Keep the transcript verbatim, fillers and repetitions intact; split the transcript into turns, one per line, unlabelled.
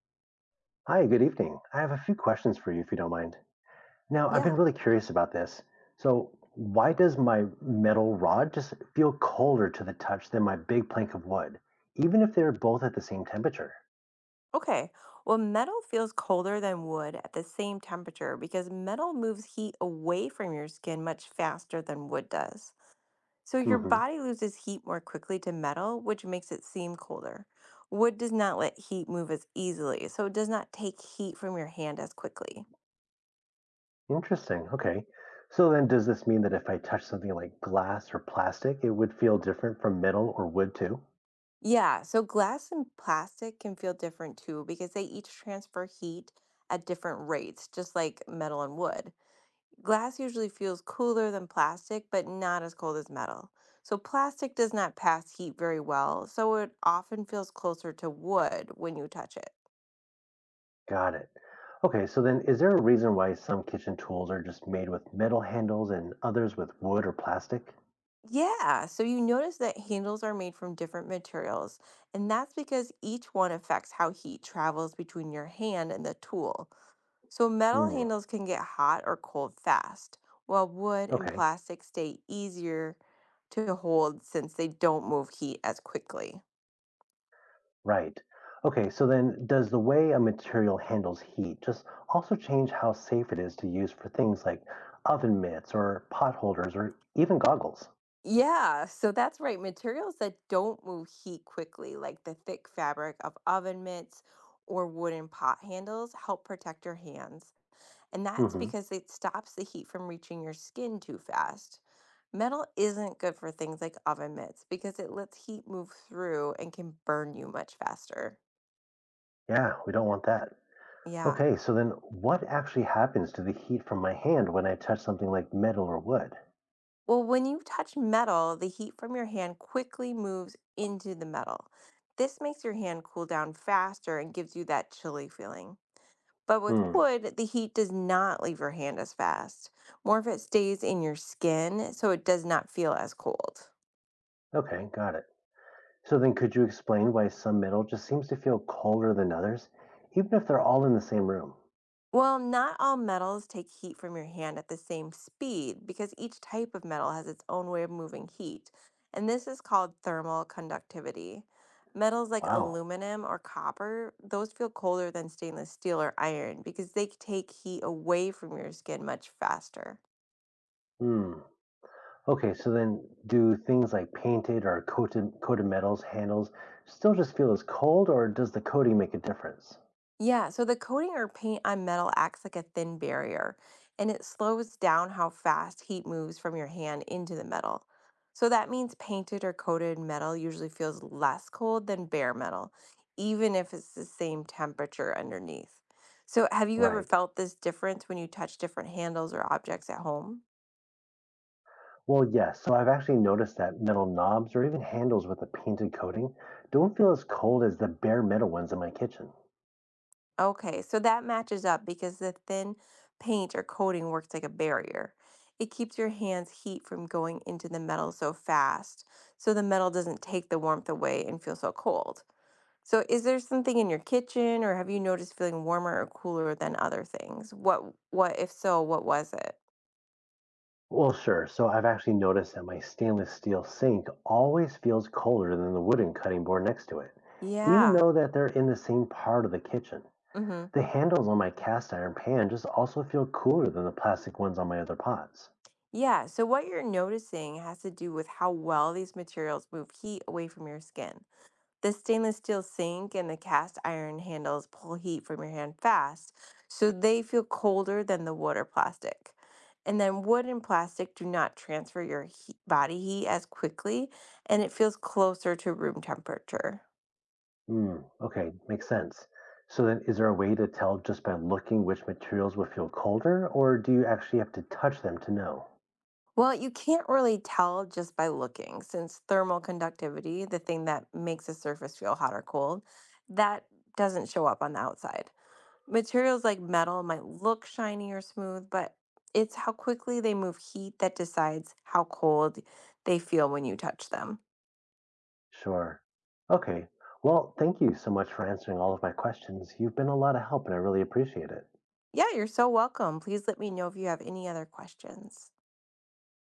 Hi, good evening. I have a few questions for you if you don't mind. Now, I've been
Yeah.
really curious about this. So, why does my metal rod just feel colder to the touch than my big plank of wood, even if they're both at the same temperature?
Okay. Well, metal feels colder than wood at the same temperature because metal moves heat away from your skin much faster than wood does. So your
Hmm.
body loses heat more quickly to metal, which makes it seem colder. Wood does not let heat move as easily, so it does not take heat from your hand as quickly.
Interesting. Okay. So then does this mean that if I touch something like glass or plastic, it would feel different from metal or wood too?
Yeah, so glass and plastic can feel different too because they each transfer heat at different rates, just like metal and wood. Glass usually feels cooler than plastic, but not as cold as metal. So, plastic does not pass heat very well, so it often feels closer to wood when you touch it.
Got it. Okay, so then is there a reason why some kitchen tools are just made with metal handles and others with wood or plastic?
Yeah, so you notice that handles are made from different materials, and that's because each one affects how heat travels between your hand and the tool. So, metal
Hmm.
handles can get hot or cold fast, while wood and
Okay.
plastic stay easier to hold since they don't move heat as quickly.
Right. Okay, so then does the way a material handles heat just also change how safe it is to use for things like oven mitts or pot holders or even goggles?
Yeah, so that's right. Materials that don't move heat quickly, like the thick fabric of oven mitts or wooden pot handles, help protect your hands. And that's
Hmm.
because it stops the heat from reaching your skin too fast. Metal isn't good for things like oven mitts because it lets heat move through and can burn you much faster.
Yeah, we don't want that.
Yeah.
Okay, so then what actually happens to the heat from my hand when I touch something like metal or wood?
Well, when you touch metal, the heat from your hand quickly moves into the metal. This makes your hand cool down faster and gives you that chilly feeling. But with
Hmm.
wood, the heat does not leave your hand as fast. More of it stays in your skin, so it does not feel as cold.
Okay, got it. So then could you explain why some metal just seems to feel colder than others, even if they're all in the same room?
Well, not all metals take heat from your hand at the same speed because each type of metal has its own way of moving heat, and this is called thermal conductivity. Metals like
Wow.
aluminum or copper, those feel colder than stainless steel or iron because they take heat away from your skin much faster.
Hmm. Okay, so then do things like painted or coated coated metals handles still just feel as cold, or does the coating make a difference?
Yeah, so the coating or paint on metal acts like a thin barrier, and it slows down how fast heat moves from your hand into the metal. So that means painted or coated metal usually feels less cold than bare metal, even if it's the same temperature underneath. So have you ever
Right.
felt this difference when you touch different handles or objects at home?
Well, yes. So I've actually noticed that metal knobs or even handles with a painted coating don't feel as cold as the bare metal ones in my kitchen.
Okay, so that matches up because the thin paint or coating works like a barrier. It keeps your hand's heat from going into the metal so fast, so the metal doesn't take the warmth away and feel so cold. So, is there something in your kitchen, or have you noticed feeling warmer or cooler than other things? What, what, if so, what was it?
Well, sure. So I've actually noticed that my stainless steel sink always feels colder than the wooden cutting board next to it, even
Yeah.
though that they're in the same part of the kitchen.
Mm-hmm.
The handles on my cast iron pan just also feel cooler than the plastic ones on my other pots.
Yeah. So, what you're noticing has to do with how well these materials move heat away from your skin. The stainless steel sink and the cast iron handles pull heat from your hand fast, so they feel colder than the water plastic. And then wood and plastic do not transfer your heat, body heat as quickly, and it feels closer to room temperature.
Hmm, okay, makes sense. So then is there a way to tell just by looking which materials will feel colder, or do you actually have to touch them to know?
Well, you can't really tell just by looking, since thermal conductivity, the thing that makes a surface feel hot or cold, that doesn't show up on the outside. Materials like metal might look shiny or smooth, but it's how quickly they move heat that decides how cold they feel when you touch them.
Sure. Okay. Well, thank you so much for answering all of my questions. You've been a lot of help and I really appreciate it.
Yeah, you're so welcome. Please let me know if you have any other questions.